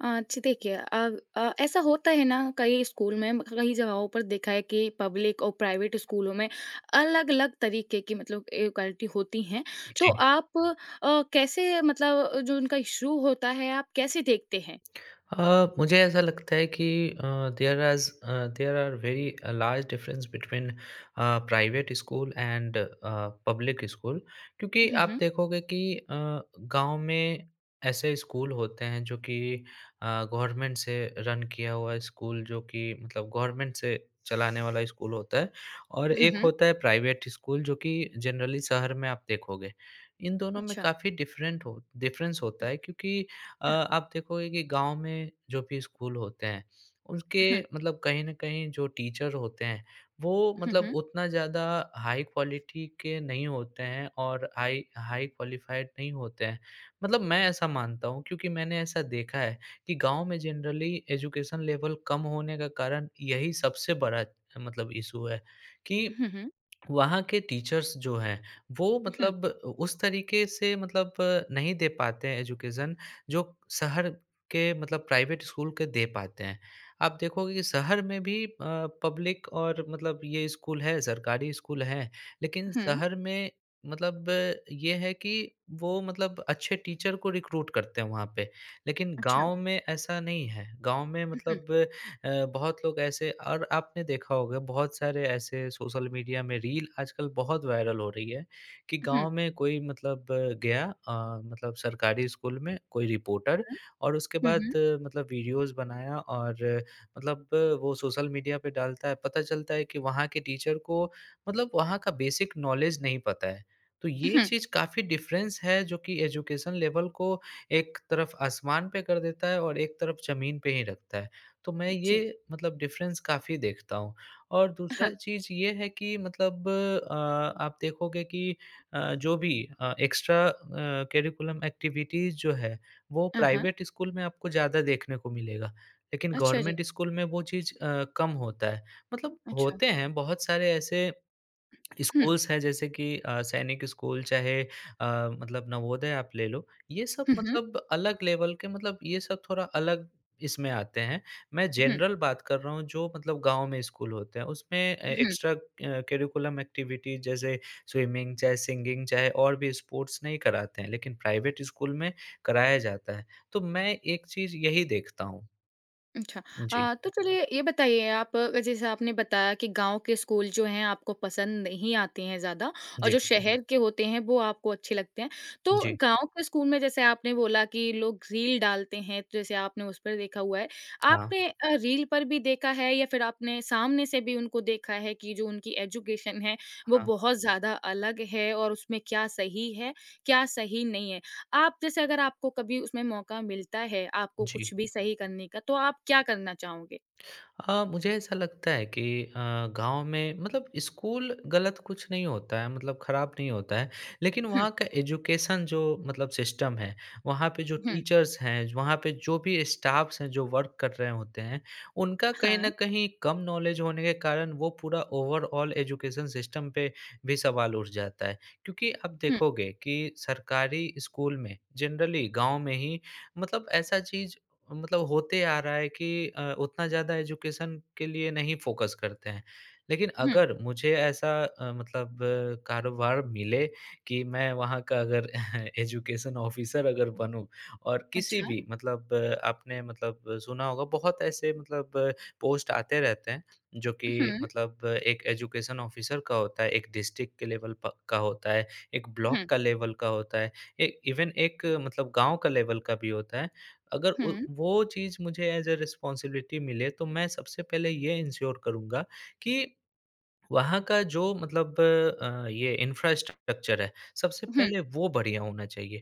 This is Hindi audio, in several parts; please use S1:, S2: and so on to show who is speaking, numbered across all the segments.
S1: अच्छा देखिए ऐसा होता है ना कई स्कूल में कई जगहों पर देखा है कि पब्लिक और प्राइवेट स्कूलों में अलग-अलग तरीके की मतलब इक्वालिटी होती हैं। तो
S2: जी।
S1: आप कैसे मतलब जो उनका इश्यू होता है आप कैसे देखते हैं?
S2: मुझे ऐसा लगता है कि there are very large difference between private school and public school, क्योंकि
S1: हुँ,
S2: आप
S1: हुँ।
S2: देखोगे कि गांव में ऐसे स्कूल होते हैं जो कि गवर्नमेंट से रन किया हुआ स्कूल, जो कि मतलब गवर्नमेंट से चलाने वाला स्कूल होता है, और
S1: हुँ,
S2: एक
S1: हुँ।
S2: होता है प्राइवेट स्कूल जो कि जनरली शहर में आप देखोगे। इन दोनों में
S1: अच्छा।
S2: काफ़ी डिफरेंट हो डिफरेंस होता है क्योंकि आप देखोगे कि गाँव में जो भी स्कूल होते हैं, उसके
S1: हुँ,
S2: मतलब कहीं न कहीं जो टीचर होते हैं, वो
S1: हुँ,
S2: मतलब
S1: हुँ।
S2: उतना ज़्यादा हाई क्वालिटी के नहीं होते हैं और हाई हाई क्वालिफ़ाइड नहीं होते हैं। मतलब मैं ऐसा मानता हूँ क्योंकि मैंने ऐसा देखा है कि गाँव में जनरली एजुकेशन लेवल कम होने का कारण यही सबसे बड़ा मतलब इश्यू है, कि
S1: हुँ, हुँ।
S2: वहाँ के टीचर्स जो हैं, वो
S1: हुँ,
S2: मतलब उस तरीके से मतलब नहीं दे पाते हैं एजुकेशन जो शहर के मतलब प्राइवेट स्कूल के दे पाते हैं। आप देखोगे कि शहर में भी पब्लिक और मतलब ये स्कूल है, सरकारी स्कूल है, लेकिन
S1: हुँ।
S2: शहर में मतलब ये है कि वो मतलब अच्छे टीचर को रिक्रूट करते हैं वहाँ पे। लेकिन
S1: अच्छा।
S2: गाँव में ऐसा नहीं है, गाँव में
S1: हुँ, हुँ।
S2: मतलब अ, बहुत लोग ऐसे, और आपने देखा होगा बहुत सारे ऐसे सोशल मीडिया में रील आजकल बहुत वायरल हो रही है कि
S1: हुँ,
S2: गाँव में कोई मतलब गया, मतलब सरकारी स्कूल में कोई रिपोर्टर, और उसके बाद
S1: हुँ।
S2: मतलब वीडियोस बनाया और मतलब वो सोशल मीडिया पे डालता है। पता चलता है कि वहाँ के टीचर को मतलब वहाँ का बेसिक नॉलेज नहीं पता है। तो ये
S1: हुँ,
S2: चीज़ काफ़ी डिफ़रेंस है, जो कि एजुकेशन लेवल को एक तरफ आसमान पे कर देता है और एक तरफ ज़मीन पे ही रखता है। तो मैं ये
S1: ठीक।
S2: मतलब डिफ़रेंस काफ़ी देखता हूँ। और
S1: हाँ।
S2: दूसरा चीज़ ये है कि मतलब आप देखोगे कि जो भी एक्स्ट्रा करिकुलम एक्टिविटीज़ जो है, वो
S1: हाँ, हाँ।
S2: प्राइवेट स्कूल में आपको ज़्यादा देखने को मिलेगा। लेकिन
S1: अच्छा जी।
S2: गवर्नमेंट स्कूल में वो चीज़ कम होता है। मतलब
S1: अच्छा।
S2: होते हैं बहुत सारे ऐसे
S1: हुँ।
S2: स्कूल्स हैं, जैसे कि सैनिक स्कूल, चाहे मतलब नवोदय आप ले लो, ये सब
S1: हुँ, हुँ।
S2: मतलब अलग लेवल के, मतलब ये सब थोड़ा अलग इसमें आते हैं। मैं
S1: हुँ,
S2: जनरल बात कर रहा हूँ जो मतलब गाँव में स्कूल होते हैं, उसमें
S1: हुँ।
S2: एक्स्ट्रा करिकुलम एक्टिविटीज़ जैसे स्विमिंग, चाहे सिंगिंग, चाहे और भी स्पोर्ट्स नहीं कराते हैं, लेकिन प्राइवेट स्कूल में कराया जाता है। तो मैं एक चीज़ यही देखता हूँ।
S1: अच्छा।
S2: जी,
S1: तो चलिए ये बताइए आप जैसे आपने बताया कि गाँव के स्कूल जो हैं आपको पसंद नहीं आते हैं ज़्यादा और
S2: जी,
S1: जो जी। शहर के होते हैं वो आपको अच्छे लगते हैं। तो
S2: जी।
S1: गाँव के स्कूल में जैसे आपने बोला कि लोग रील डालते हैं तो जैसे आपने उस पर देखा हुआ है।
S2: हाँ,
S1: आपने रील पर भी देखा है या फिर आपने सामने से भी उनको देखा है कि जो उनकी एजुकेशन है वो
S2: हाँ,
S1: बहुत ज़्यादा अलग है और उसमें क्या सही है, क्या सही नहीं है? आप जैसे अगर आपको कभी उसमें मौका मिलता है, आपको
S2: जी।
S1: कुछ भी सही करने का, तो आप क्या करना चाहोगे?
S2: मुझे ऐसा लगता है कि गाँव में मतलब स्कूल गलत कुछ नहीं होता है, मतलब खराब नहीं होता है। लेकिन
S1: हुँ,
S2: वहाँ का एजुकेशन जो मतलब सिस्टम है, वहाँ पे जो
S1: हुँ,
S2: टीचर्स हैं, वहाँ पे जो भी स्टाफ्स हैं जो वर्क कर रहे होते हैं, उनका कहीं न
S1: हाँ,
S2: कहीं कम नॉलेज होने के कारण वो पूरा ओवरऑल एजुकेशन सिस्टम पे भी सवाल उठ जाता है। क्योंकि आप
S1: हुँ,
S2: देखोगे कि सरकारी स्कूल में जनरली गाँव में ही मतलब ऐसा चीज़ मतलब होते आ रहा है कि उतना ज़्यादा एजुकेशन के लिए नहीं फ़ोकस करते हैं। लेकिन
S1: हुँ,
S2: अगर मुझे ऐसा मतलब कारोबार मिले कि मैं वहाँ का अगर एजुकेशन ऑफ़िसर अगर बनूँ और किसी
S1: अच्छा,
S2: भी मतलब आपने मतलब सुना होगा बहुत ऐसे मतलब पोस्ट आते रहते हैं, जो कि
S1: हुँ,
S2: मतलब एक एजुकेशन ऑफ़िसर का होता है, एक डिस्ट्रिक्ट के लेवल प का होता है, एक ब्लॉक
S1: हुँ,
S2: का लेवल का होता है, ए इवन एक मतलब गाँव का लेवल का भी होता है। अगर उ
S1: हुँ,
S2: वो चीज़ मुझे एज़ अ रिस्पॉन्सिबिलिटी मिले, तो मैं सबसे पहले ये इंश्योर करूँगा कि वहाँ का जो मतलब ये इंफ्रास्ट्रक्चर है, सबसे
S1: हुँ,
S2: पहले वो बढ़िया होना चाहिए।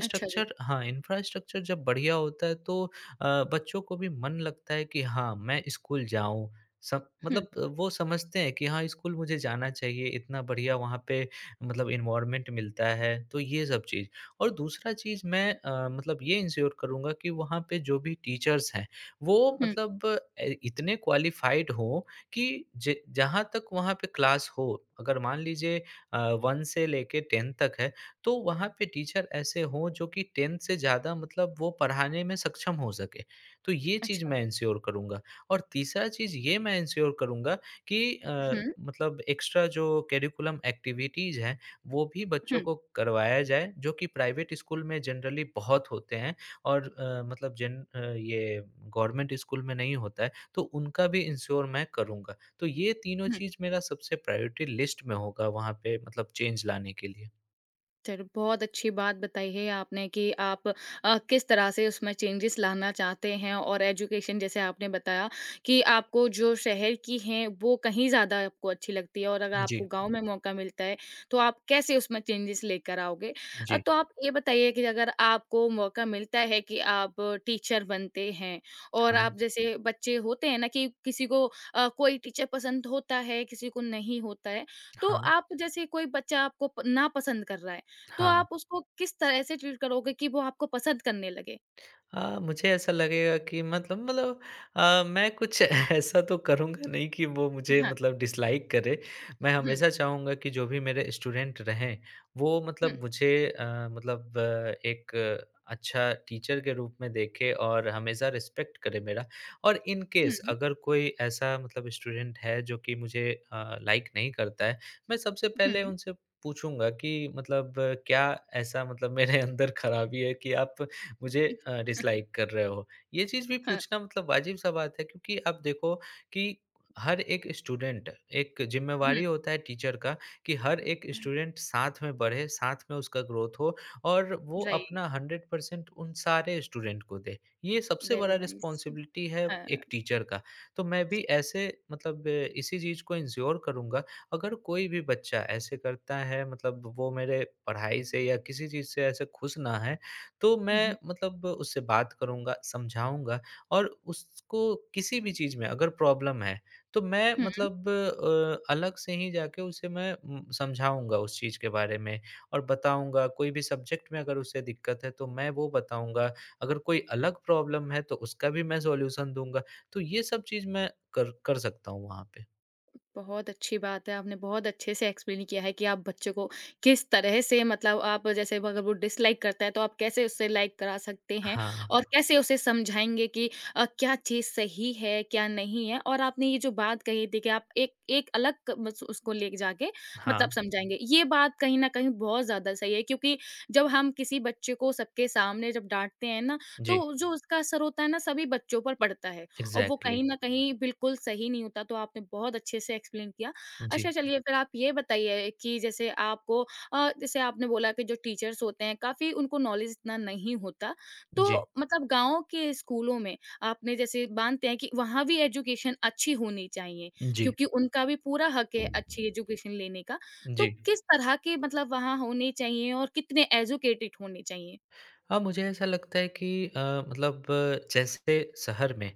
S1: अच्छा जी,
S2: हाँ, इंफ्रास्ट्रक्चर जब बढ़िया होता है तो बच्चों को भी मन लगता है कि हाँ, मैं स्कूल जाऊँ। सब
S1: हुँ,
S2: मतलब वो समझते हैं कि हाँ, स्कूल मुझे जाना चाहिए, इतना बढ़िया वहाँ पे मतलब एनवायरनमेंट मिलता है, तो ये सब चीज़। और दूसरा चीज़ मैं मतलब ये इंश्योर करूँगा कि वहाँ पे जो भी टीचर्स हैं, वो
S1: हुँ,
S2: मतलब ए इतने क्वालिफ़ाइड हों कि ज जहाँ तक वहाँ पे क्लास हो, अगर मान लीजिए अ, 1 से लेके 10 तक है, तो वहाँ पे टीचर ऐसे हों जो कि 10 से ज़्यादा मतलब वो पढ़ाने में सक्षम हो सकें। तो ये चीज़
S1: अच्छा,
S2: मैं एन्श्योर करूँगा, और तीसरा चीज़ ये मैं एन्श्योर करूँगा कि
S1: हुँ,
S2: मतलब एक्स्ट्रा जो करिकुलम एक्टिविटीज़ हैं, वो भी
S1: हुँ,
S2: बच्चों
S1: हुँ।
S2: को करवाया जाए, जो कि प्राइवेट स्कूल में जनरली बहुत होते हैं और मतलब ये गवर्नमेंट स्कूल में नहीं होता है। तो उनका भी इंश्योर मैं करूँगा। तो ये तीनों चीज़ मेरा सबसे प्रायोरिटी लिस्ट में होगा वहाँ पे मतलब चेंज लाने के लिए।
S1: चलो, बहुत अच्छी बात बताई है आपने कि आप किस तरह से उसमें चेंजेस लाना चाहते हैं और एजुकेशन जैसे आपने बताया कि आपको जो शहर की हैं वो कहीं ज़्यादा आपको अच्छी लगती है और अगर
S2: जी,
S1: आपको गांव में मौका मिलता है तो आप कैसे उसमें चेंजेस लेकर आओगे।
S2: जी।
S1: तो आप ये बताइए कि अगर आपको मौका मिलता है कि आप टीचर बनते हैं और
S2: हाँ,
S1: आप जैसे बच्चे होते हैं ना कि किसी को कोई टीचर पसंद होता है किसी को नहीं होता है तो
S2: हाँ,
S1: आप जैसे कोई बच्चा आपको ना पसंद कर रहा है तो
S2: हाँ।
S1: आप उसको किस तरह से ट्रीट करोगे कि वो आपको पसंद करने लगे?
S2: हाँ, मुझे ऐसा लगेगा कि मतलब मैं कुछ ऐसा तो करूँगा नहीं कि वो मुझे
S1: हाँ।
S2: मतलब डिसलाइक करे। मैं
S1: हुँ,
S2: हमेशा चाहूँगा कि जो भी मेरे स्टूडेंट रहें, वो
S1: हुँ,
S2: मतलब मुझे मतलब एक अच्छा टीचर के रूप में देखे और हमेशा रिस्पेक्ट करे मेरा। और इन
S1: हुँ,
S2: केस अगर कोई ऐसा मतलब स्टूडेंट है जो कि मुझे लाइक नहीं करता है, मैं सबसे पहले
S1: हुँ,
S2: उनसे पूछूँगा कि मतलब क्या ऐसा मतलब मेरे अंदर खराबी है कि आप मुझे डिसलाइक कर रहे हो। ये चीज़ भी
S1: हाँ,
S2: पूछना मतलब वाजिब-सा बात है, क्योंकि आप देखो कि हर एक स्टूडेंट एक ज़िम्मेवारी
S1: हुँ,
S2: होता है टीचर का, कि हर एक स्टूडेंट साथ में बढ़े, साथ में उसका ग्रोथ हो, और वो
S1: राइट,
S2: अपना 100% उन सारे स्टूडेंट को दे। ये सबसे
S1: वेरी
S2: बड़ा
S1: नाइस।
S2: रिस्पॉन्सिबिलिटी है
S1: हाँ,
S2: एक टीचर का। तो मैं भी
S1: जी।
S2: ऐसे मतलब इसी चीज़ को एन्श्योर करूँगा, अगर कोई भी बच्चा ऐसे करता है मतलब वो मेरे पढ़ाई से या किसी चीज़ से ऐसे खुश ना है, तो
S1: हुँ,
S2: मैं
S1: हुँ।
S2: मतलब उससे बात करूँगा, समझाऊँगा, और उसको किसी भी चीज़ में अगर प्रॉब्लम है, तो मैं
S1: हुँ।
S2: मतलब अलग से ही जाके उसे मैं समझाऊँगा उस चीज़ के बारे में और बताऊँगा। कोई भी सब्जेक्ट में अगर उसे दिक्कत है, तो मैं वो बताऊँगा। अगर कोई अलग प्रॉब्लम है, तो उसका भी मैं सॉल्यूशन दूँगा। तो ये सब चीज़ मैं कर कर सकता हूँ वहाँ पे।
S1: बहुत अच्छी बात है। आपने बहुत अच्छे से एक्सप्लेन किया है कि आप बच्चों को किस तरह से मतलब आप जैसे अगर वो डिसलाइक करता है तो आप कैसे उससे लाइक करा सकते हैं
S2: हाँ,
S1: और कैसे उसे समझाएँगे कि क्या चीज़ सही है, क्या नहीं है? और आपने ये जो बात कही थी कि आप एक एक अलग मस उसको ले जाके
S2: हाँ।
S1: मतलब समझाएँगे। ये बात कहीं न कहीं बहुत ज़्यादा सही है क्योंकि जब हम किसी बच्चे को सबके सामने जब डाँटते हैं ना,
S2: जी,
S1: तो जो उसका असर होता है ना सभी बच्चों पर पड़ता है। और वो
S2: एग्ज़ैक्टली।
S1: कहीं न कहीं बिल्कुल सही नहीं होता, तो आपने बहुत अच्छे से एक्सप्लेन किया।
S2: जी,
S1: अच्छा चलिए फिर आप ये बताइए कि जैसे आपको जैसे आपने बोला कि जो टीचर्स होते हैं काफ़ी उनको नॉलेज इतना नहीं होता,
S2: जी,
S1: तो मतलब गाँव के स्कूलों में आपने जैसे मानते हैं कि वहाँ भी एजुकेशन अच्छी होनी चाहिए,
S2: जी,
S1: क्योंकि उनका भी पूरा हक है अच्छी एजुकेशन लेने का। तो
S2: जी।
S1: किस तरह के मतलब वहाँ होने चाहिए और कितने एजुकेटेड होने चाहिए?
S2: हाँ, मुझे ऐसा लगता है कि मतलब जैसे शहर में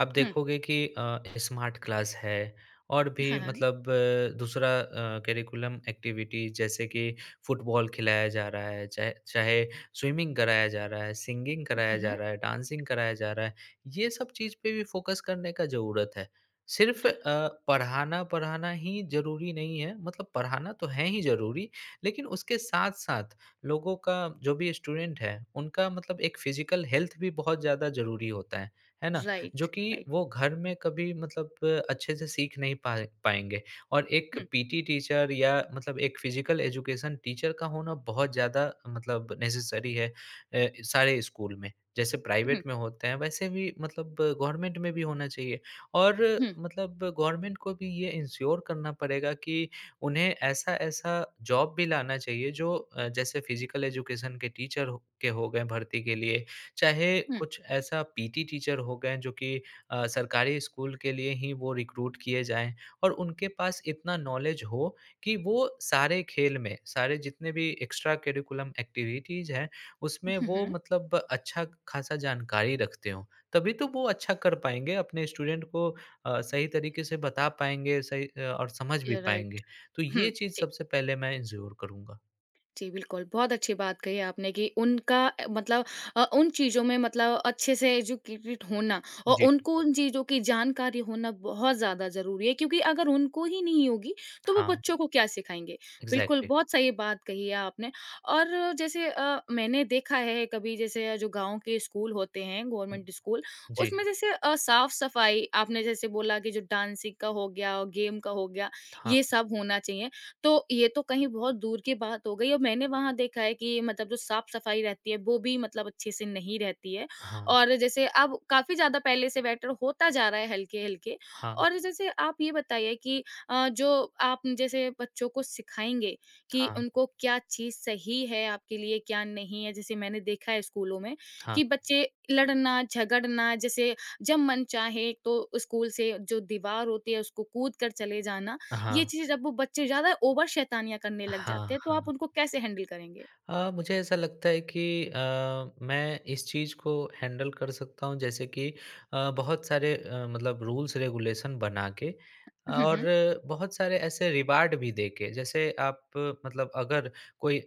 S2: आप
S1: हुँ।
S2: देखोगे कि स्मार्ट क्लास है और भी
S1: हाँ, हाँ।
S2: मतलब दूसरा करिकुलम एक्टिविटी, जैसे कि फुटबॉल खिलाया जा रहा है, चाहे चाहे स्विमिंग कराया जा रहा है, सिंगिंग कराया
S1: हुँ,
S2: जा
S1: हुँ।
S2: रहा है, डांसिंग कराया जा रहा है। ये सब चीज़ पे भी फ़ोकस करने का ज़रूरत है। सिर्फ़
S1: हाँ,
S2: पढ़ाना-पढ़ाना ही ज़रूरी नहीं है, मतलब पढ़ाना तो है ही ज़रूरी, लेकिन उसके साथ-साथ लोगों का जो भी स्टूडेंट है, उनका मतलब एक फिज़िकल हेल्थ भी बहुत ज़्यादा ज़रूरी होता है ना? जो
S1: राइट,
S2: कि
S1: राइट।
S2: वो घर में कभी मतलब अच्छे से सीख नहीं पाएँगे, और एक
S1: हुँ,
S2: पीटी टीचर या मतलब एक फिज़िकल एजुकेशन टीचर का होना बहुत ज़्यादा मतलब नेसेसरी है सारे स्कूल में। जैसे प्राइवेट
S1: हुँ,
S2: में होते हैं, वैसे भी मतलब गवर्नमेंट में भी होना चाहिए, और
S1: हुँ,
S2: मतलब गवर्नमेंट को भी ये इंश्योर करना पड़ेगा कि उन्हें ऐसा-ऐसा जॉब भी लाना चाहिए जो जैसे फिज़िकल एजुकेशन के टीचर हो के हो गए भर्ती के लिए, चाहे
S1: हुँ।
S2: कुछ ऐसा पीटी टीचर हो गए जो कि सरकारी स्कूल के लिए ही वो रिक्रूट किए जाएँ, और उनके पास इतना नॉलेज हो कि वो सारे खेल में, सारे जितने भी एक्स्ट्रा करिकुलम एक्टिविटीज़ हैं, उसमें
S1: हुँ,
S2: वो
S1: हुँ।
S2: मतलब अच्छा खासा जानकारी रखते हों। तभी तो वो अच्छा कर पाएँगे, अपने स्टूडेंट को सही तरीके से बता पाएँगे, सही और समझ भी
S1: यू आर राइट।
S2: पाएँगे। तो
S1: हुँ,
S2: ये चीज़
S1: जी।
S2: सबसे पहले मैं एन्श्योर करूँगा।
S1: जी, बिल्कुल, बहुत अच्छी बात कही आपने कि उनका मतलब उन चीज़ों में मतलब अच्छे से एजुकेटेड होना और
S2: जी।
S1: उनको उन चीज़ों की जानकारी होना बहुत ज़्यादा ज़रूरी है क्योंकि अगर उनको ही नहीं होगी, तो वो
S2: हाँ,
S1: बच्चों को क्या सिखाएँगे? बिल्कुल,
S2: एग्ज़ैक्टली।
S1: बहुत सही बात कही है आपने और जैसे मैंने देखा है कभी जैसे जो गाँव के स्कूल होते हैं,
S2: उम,
S1: गवर्नमेंट स्कूल,
S2: जी।
S1: उसमें जैसे साफ-सफाई आपने जैसे बोला कि जो डांसिंग का हो गया और गेम का हो गया,
S2: हाँ,
S1: ये सब होना चाहिए। तो ये तो कहीं बहुत दूर की बात हो गई और मैंने वहाँ देखा है कि मतलब जो साफ-सफाई रहती है वो भी मतलब अच्छे से नहीं रहती है
S2: हाँ,
S1: और जैसे अब काफ़ी ज़्यादा पहले से बेटर होता जा रहा है हल्के-हल्के।
S2: हाँ,
S1: और जैसे आप ये बताइए कि जो आप जैसे बच्चों को सिखाएँगे कि
S2: हाँ,
S1: उनको क्या चीज़ सही है आपके लिए, क्या नहीं है? जैसे मैंने देखा है स्कूलों में
S2: हाँ,
S1: कि बच्चे लड़ना, झगड़ना जैसे जब मन चाहे तो स्कूल से जो दीवार होती है उसको कूद कर चले जाना, ये
S2: हाँ,
S1: चीज़ जब वो बच्चे ज़्यादा ओवर शैतानियाँ करने लग
S2: हाँ,
S1: जाते हैं, तो
S2: हाँ।
S1: आप उनको कैसे हैंडल करेंगे?
S2: मुझे ऐसा लगता है कि मैं इस चीज़ को हैंडल कर सकता हूँ, जैसे कि बहुत सारे मतलब रूल्स रेगुलेशन बना के,
S1: हुँ,
S2: और
S1: हुँ।
S2: बहुत सारे ऐसे रिवार्ड भी दे के, जैसे आप मतलब अगर कोई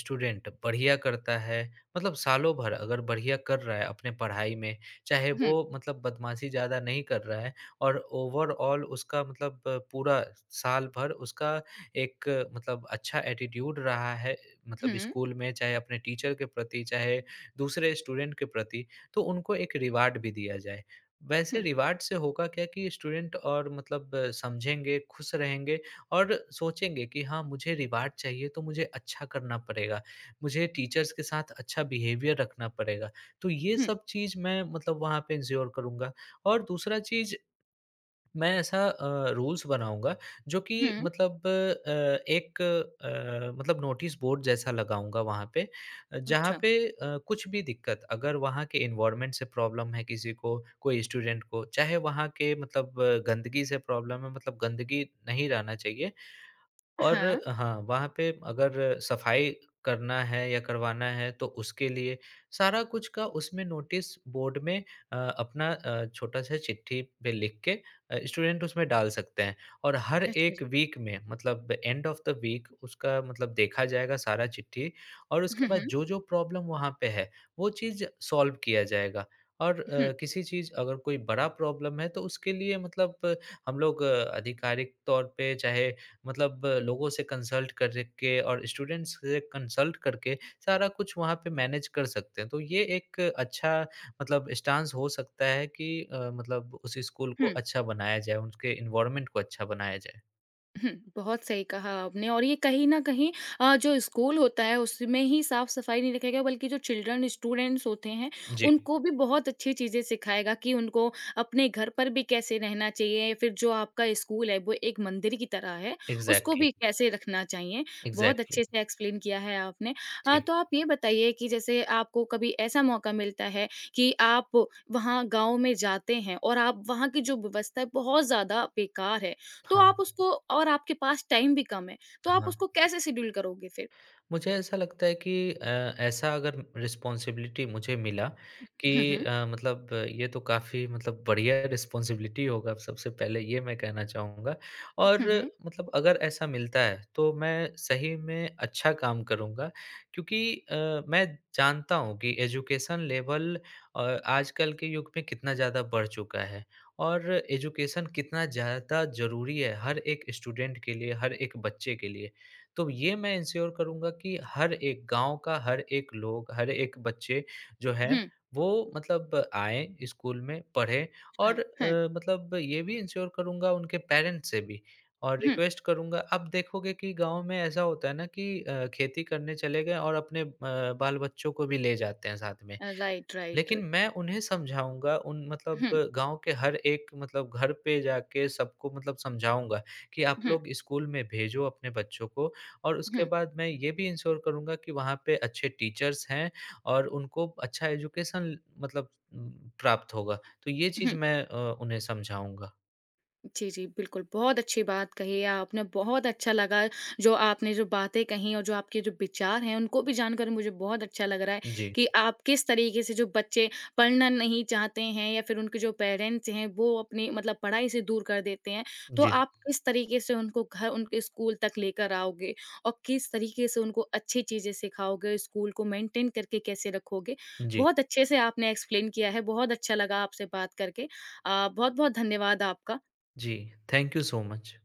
S2: स्टूडेंट बढ़िया करता है, मतलब सालों भर अगर बढ़िया कर रहा है अपने पढ़ाई में, चाहे वो
S1: हुँ,
S2: मतलब बदमाशी ज़्यादा नहीं कर रहा है, और ओवरऑल उसका मतलब पूरा साल भर उसका एक मतलब अच्छा एटीट्यूड रहा है मतलब
S1: हुँ,
S2: स्कूल में, चाहे अपने टीचर के प्रति, चाहे दूसरे स्टूडेंट के प्रति, तो उनको एक रिवार्ड भी दिया जाए। वैसे
S1: हुँ,
S2: रिवार्ड से होगा क्या कि स्टूडेंट और मतलब समझेंगे, खुश रहेंगे, और सोचेंगे कि हाँ, मुझे रिवार्ड चाहिए तो मुझे अच्छा करना पड़ेगा, मुझे टीचर्स के साथ अच्छा बिहेवियर रखना पड़ेगा। तो ये
S1: हुँ,
S2: सब चीज़ मैं मतलब वहाँ पे इन्श्योर करूँगा, और दूसरा चीज़ मैं ऐसा रूल्स बनाऊँगा जो कि
S1: हुँ।
S2: मतलब एक मतलब नोटिस बोर्ड जैसा लगाऊँगा वहाँ पे। जहाँ
S1: अच्छा।
S2: पे कुछ भी दिक्कत अगर वहाँ के एनवायरनमेंट से प्रॉब्लम है किसी को, कोई स्टूडेंट को, चाहे वहाँ के मतलब गंदगी से प्रॉब्लम है, मतलब गंदगी नहीं रहना चाहिए। और
S1: हाँ।
S2: हाँ, वहाँ पे अगर सफाई करना है या करवाना है तो उसके लिए सारा कुछ का उसमें नोटिस बोर्ड में अपना छोटा-सा चिट्ठी पे लिख के स्टूडेंट उसमें डाल सकते हैं। और हर
S1: अच्छा
S2: एक
S1: जी।
S2: वीक में मतलब एंड ऑफ़ द वीक उसका मतलब देखा जाएगा सारा चिट्ठी, और उसके
S1: हुँ,
S2: बाद
S1: हुँ,
S2: जो-जो प्रॉब्लम वहाँ पे है, वो चीज़ सॉल्व किया जाएगा। और
S1: हुँ,
S2: किसी चीज़ अगर कोई बड़ा प्रॉब्लम है तो उसके लिए मतलब हम लोग आधिकारिक तौर पे चाहे मतलब लोगों से कंसल्ट करके और स्टूडेंट्स से कंसल्ट करके सारा कुछ वहाँ पे मैनेज कर सकते हैं। तो ये एक अच्छा मतलब स्टांस हो सकता है कि मतलब उस स्कूल को
S1: हुँ।
S2: अच्छा बनाया जाए, उसके एनवायरनमेंट को अच्छा बनाया जाए।
S1: बहुत सही कहा आपने और ये कहीं न कहीं जो स्कूल होता है उसमें ही साफ-सफाई नहीं रखेगा बल्कि जो चिल्ड्रन स्टूडेंट्स होते हैं,
S2: जी,
S1: उनको भी बहुत अच्छी चीज़ें सिखाएगा कि उनको अपने घर पर भी कैसे रहना चाहिए, फिर जो आपका स्कूल है वो एक मंदिर की तरह है, उसको
S2: एग्ज़ैक्टली,
S1: भी कैसे रखना चाहिए। बहुत
S2: एग्ज़ैक्टली।
S1: अच्छे से एक्सप्लेन किया है आपने।
S2: जी,
S1: तो आप ये बताइए कि जैसे आपको कभी ऐसा मौका मिलता है कि आप वहाँ गाँव में जाते हैं और आप वहाँ की जो व्यवस्था है बहुत ज़्यादा बेकार है, तो
S2: हाँ,
S1: आप उसको और आपके पास टाइम भी कम है, तो आप
S2: हाँ।
S1: उसको कैसे शेड्यूल करोगे फिर?
S2: मुझे ऐसा लगता है कि ऐसा अगर रिस्पॉन्सिबिलिटी मुझे मिला कि
S1: हुँ, हुँ।
S2: मतलब ये तो काफ़ी मतलब बढ़िया रिस्पॉन्सिबिलिटी होगा, सबसे पहले ये मैं कहना चाहूँगा, और
S1: हुँ, हुँ।
S2: मतलब अगर ऐसा मिलता है तो मैं सही में अच्छा काम करूँगा क्योंकि अ, मैं जानता हूँ कि एजुकेशन लेवल आजकल के युग में कितना ज़्यादा बढ़ चुका है, और एजुकेशन कितना ज़्यादा ज़रूरी है हर एक स्टूडेंट के लिए, हर एक बच्चे के लिए। तो ये मैं इंश्योर करूँगा कि हर एक गाँव का हर एक लोग, हर एक बच्चे जो हैं,
S1: हुँ,
S2: वो मतलब आएँ स्कूल में, पढ़ें,
S1: हुँ,
S2: और
S1: हुँ,
S2: मतलब ये भी इंश्योर करूँगा उनके पेरेंट्स से भी, और
S1: हुँ।
S2: रिक्वेस्ट करूँगा। आप देखोगे कि गाँव में ऐसा होता है ना कि खेती करने चले गए और अपने बाल-बच्चों को भी ले जाते हैं साथ में।
S1: Right, right.
S2: लेकिन मैं उन्हें समझाऊँगा, उन मतलब
S1: हुँ,
S2: गाँव के हर एक मतलब घर पे जाके सबको मतलब समझाऊँगा कि आप
S1: हुँ,
S2: लोग स्कूल में भेजो अपने बच्चों को, और उसके
S1: हुँ,
S2: बाद मैं ये भी इंश्योर करूँगा कि वहाँ पे अच्छे टीचर्स हैं और उनको अच्छा एजुकेशन मतलब प्राप्त होगा। तो ये चीज़
S1: हुँ।
S2: मैं उन्हें समझाऊँगा।
S1: जी, जी, बिल्कुल, बहुत अच्छी बात कही है आपने, बहुत अच्छा लगा जो आपने जो बातें कहीं और जो आपके जो विचार हैं, उनको भी जानकर मुझे बहुत अच्छा लग रहा है
S2: जी,
S1: कि आप किस तरीके से जो बच्चे पढ़ना नहीं चाहते हैं या फिर उनके जो पेरेंट्स हैं, वो अपनी मतलब पढ़ाई से दूर कर देते हैं, तो
S2: जी,
S1: आप किस तरीके से उनको घर उनके स्कूल तक लेकर आओगे और किस तरीके से उनको अच्छी चीज़ें सिखाओगे, स्कूल को मेंटेन करके कैसे रखोगे।
S2: जी,
S1: बहुत अच्छे से आपने एक्सप्लेन किया है, बहुत अच्छा लगा आपसे बात करके। बहुत-बहुत धन्यवाद आपका।
S2: जी। Thank you so much.